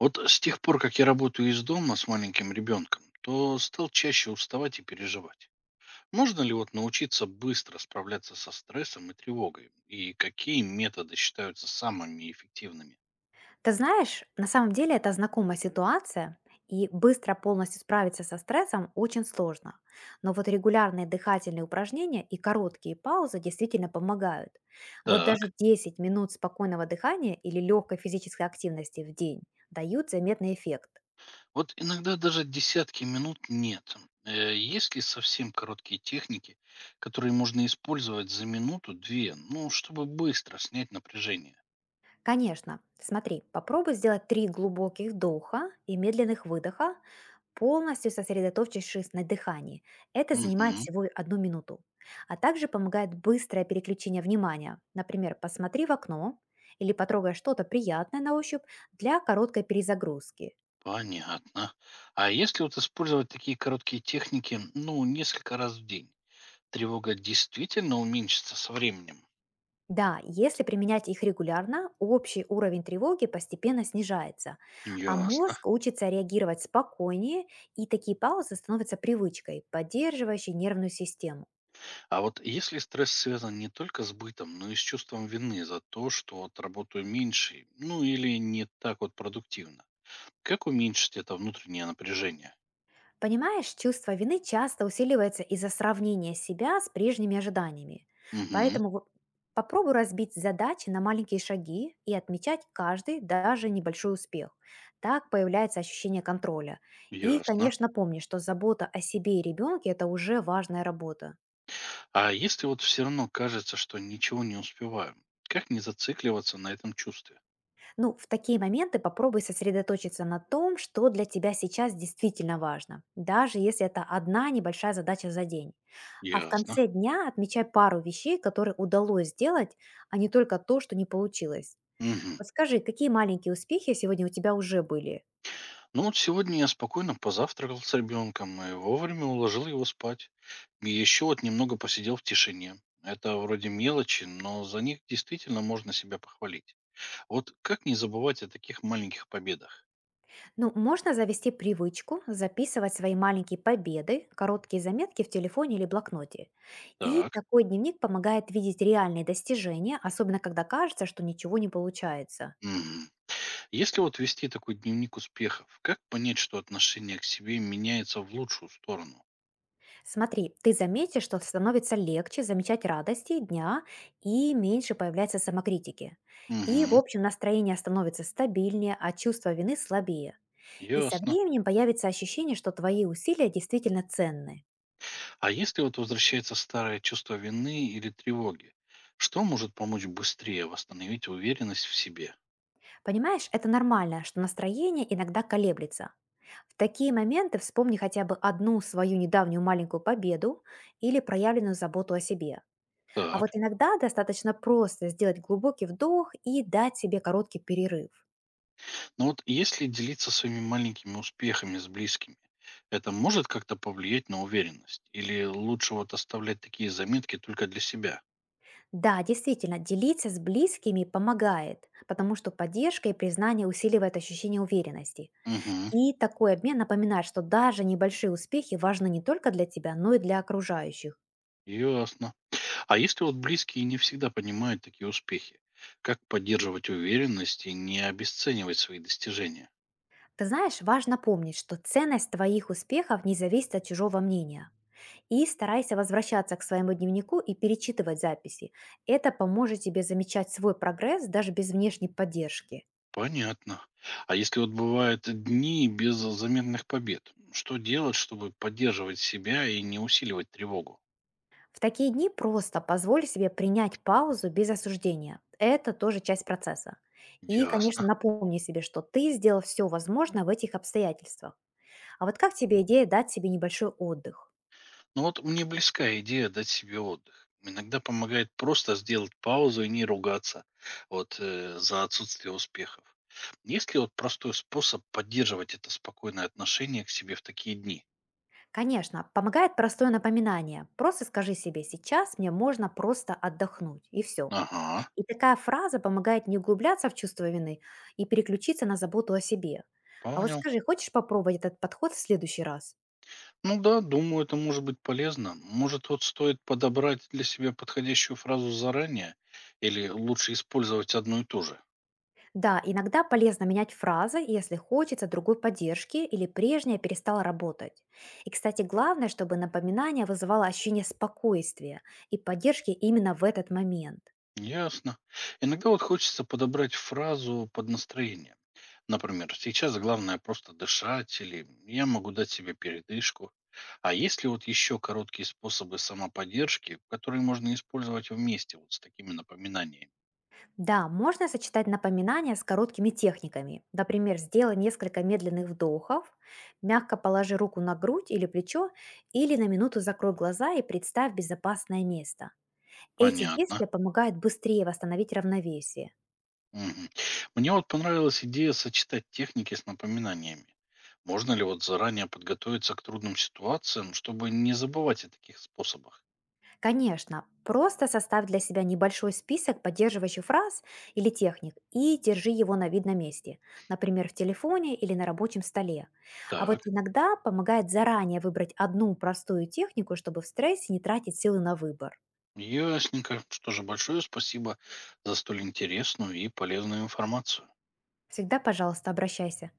Вот с тех пор, как я работаю из дома с маленьким ребенком, то стал чаще уставать и переживать. Можно ли вот научиться быстро справляться со стрессом и тревогой? И какие методы считаются самыми эффективными? Ты знаешь, на самом деле это знакомая ситуация, и быстро полностью справиться со стрессом очень сложно. Но вот регулярные дыхательные упражнения и короткие паузы действительно помогают. Вот даже Так, 10 минут спокойного дыхания или легкой физической активности в день дают заметный эффект. вот иногда даже десятки минут нет. Есть ли совсем короткие техники, которые можно использовать за минуту-две, ну, чтобы быстро снять напряжение? Конечно. Смотри, попробуй сделать три глубоких вдоха и медленных выдоха, полностью сосредоточившись на дыхании. Это Угу. занимает всего одну минуту. А также помогает быстрое переключение внимания. Например, посмотри в окно или потрогай что-то приятное на ощупь для короткой перезагрузки. Понятно. А если вот использовать такие короткие техники, ну, несколько раз в день, тревога действительно уменьшится со временем? Да, если применять их регулярно, общий уровень тревоги постепенно снижается, а Ясно. мозг учится реагировать спокойнее, и такие паузы становятся привычкой, поддерживающей нервную систему. А вот если стресс связан не только с бытом, но и с чувством вины за то, что вот работаю меньше, ну или не так вот продуктивно, как уменьшить это внутреннее напряжение? Понимаешь, чувство вины часто усиливается из-за сравнения себя с прежними ожиданиями. Угу, Поэтому вот попробуй разбить задачи на маленькие шаги и отмечать каждый, даже небольшой успех. Так появляется ощущение контроля. И, ясно. конечно, помни, что забота о себе и ребенке – это уже важная работа. А если вот все равно кажется, что ничего не успеваю, как не зацикливаться на этом чувстве? Ну, в такие моменты попробуй сосредоточиться на том, что для тебя сейчас действительно важно, даже если это одна небольшая задача за день. А в Ясно. конце дня отмечай пару вещей, которые удалось сделать, а не только то, что не получилось. Мгм. Вот скажи, какие маленькие успехи сегодня у тебя уже были? Ну вот сегодня я спокойно позавтракал с ребенком и вовремя уложил его спать. И еще вот немного посидел в тишине. Это вроде мелочи, но за них действительно можно себя похвалить. Вот как не забывать о таких маленьких победах? Ну, можно завести привычку записывать свои маленькие победы, короткие заметки в телефоне или блокноте. И Так. такой дневник помогает видеть реальные достижения, особенно когда кажется, что ничего не получается. Мгм. Если вот вести такой дневник успехов, как понять, что отношение к себе меняется в лучшую сторону? Смотри, ты заметишь, что становится легче замечать радости дня и меньше появляется самокритики. И, в Угу. общем, настроение становится стабильнее, а чувство вины слабее. И со Ясно. временем появится ощущение, что твои усилия действительно ценны. А если вот возвращается старое чувство вины или тревоги, что может помочь быстрее восстановить уверенность в себе? Понимаешь, это нормально, что настроение иногда колеблется. В такие моменты вспомни хотя бы одну свою недавнюю маленькую победу или проявленную заботу о себе. А вот Так. иногда достаточно просто сделать глубокий вдох и дать себе короткий перерыв. Ну вот если делиться своими маленькими успехами с близкими, это может как-то повлиять на уверенность? Или лучше вот оставлять такие заметки только для себя? Да, действительно, делиться с близкими помогает, потому что поддержка и признание усиливает ощущение уверенности. Угу. И такой обмен напоминает, что даже небольшие успехи важны не только для тебя, но и для окружающих. Ясно. А если вот близкие не всегда понимают такие успехи, как поддерживать уверенность и не обесценивать свои достижения? Ты знаешь, важно помнить, что ценность твоих успехов не зависит от чужого мнения. И старайся возвращаться к своему дневнику и перечитывать записи. Это поможет тебе замечать свой прогресс даже без внешней поддержки. Понятно. А если вот бывают дни без заметных побед, что делать, чтобы поддерживать себя и не усиливать тревогу? В такие дни просто позволь себе принять паузу без осуждения. Это тоже часть процесса. И, Ясно. конечно, напомни себе, что ты сделал все возможное в этих обстоятельствах. А вот как тебе идея дать себе небольшой отдых? Ну вот мне близка идея дать себе отдых. Иногда помогает просто сделать паузу и не ругаться вот, за отсутствие успехов. Есть ли вот простой способ поддерживать это спокойное отношение к себе в такие дни? Конечно, помогает простое напоминание. Просто скажи себе, сейчас мне можно просто отдохнуть, и все. Ага, И такая фраза помогает не углубляться в чувство вины и переключиться на заботу о себе. А вот понял. скажи, хочешь попробовать этот подход в следующий раз? Ну да, думаю, это может быть полезно. Может, вот стоит подобрать для себя подходящую фразу заранее или лучше использовать одну и ту же? Да, иногда полезно менять фразы, если хочется другой поддержки или прежняя перестала работать. И, кстати, главное, чтобы напоминание вызывало ощущение спокойствия и поддержки именно в этот момент. Ясно. Иногда вот хочется подобрать фразу под настроение. Например, сейчас главное просто дышать, или я могу дать себе передышку. А есть ли вот еще короткие способы самоподдержки, которые можно использовать вместе вот с такими напоминаниями? Да, можно сочетать напоминания с короткими техниками. Например, сделай несколько медленных вдохов, мягко положи руку на грудь или плечо, или на минуту закрой глаза и представь безопасное место. Эти Понятно. действия помогают быстрее восстановить равновесие. Мгм. Мне вот понравилась идея сочетать техники с напоминаниями. Можно ли вот заранее подготовиться к трудным ситуациям, чтобы не забывать о таких способах? Конечно, просто составь для себя небольшой список поддерживающих фраз или техник и держи его на видном месте, например, в телефоне или на рабочем столе. А вот Так. иногда помогает заранее выбрать одну простую технику, чтобы в стрессе не тратить силы на выбор. Ясненько. Что же, большое спасибо за столь интересную и полезную информацию. Всегда, пожалуйста, обращайся.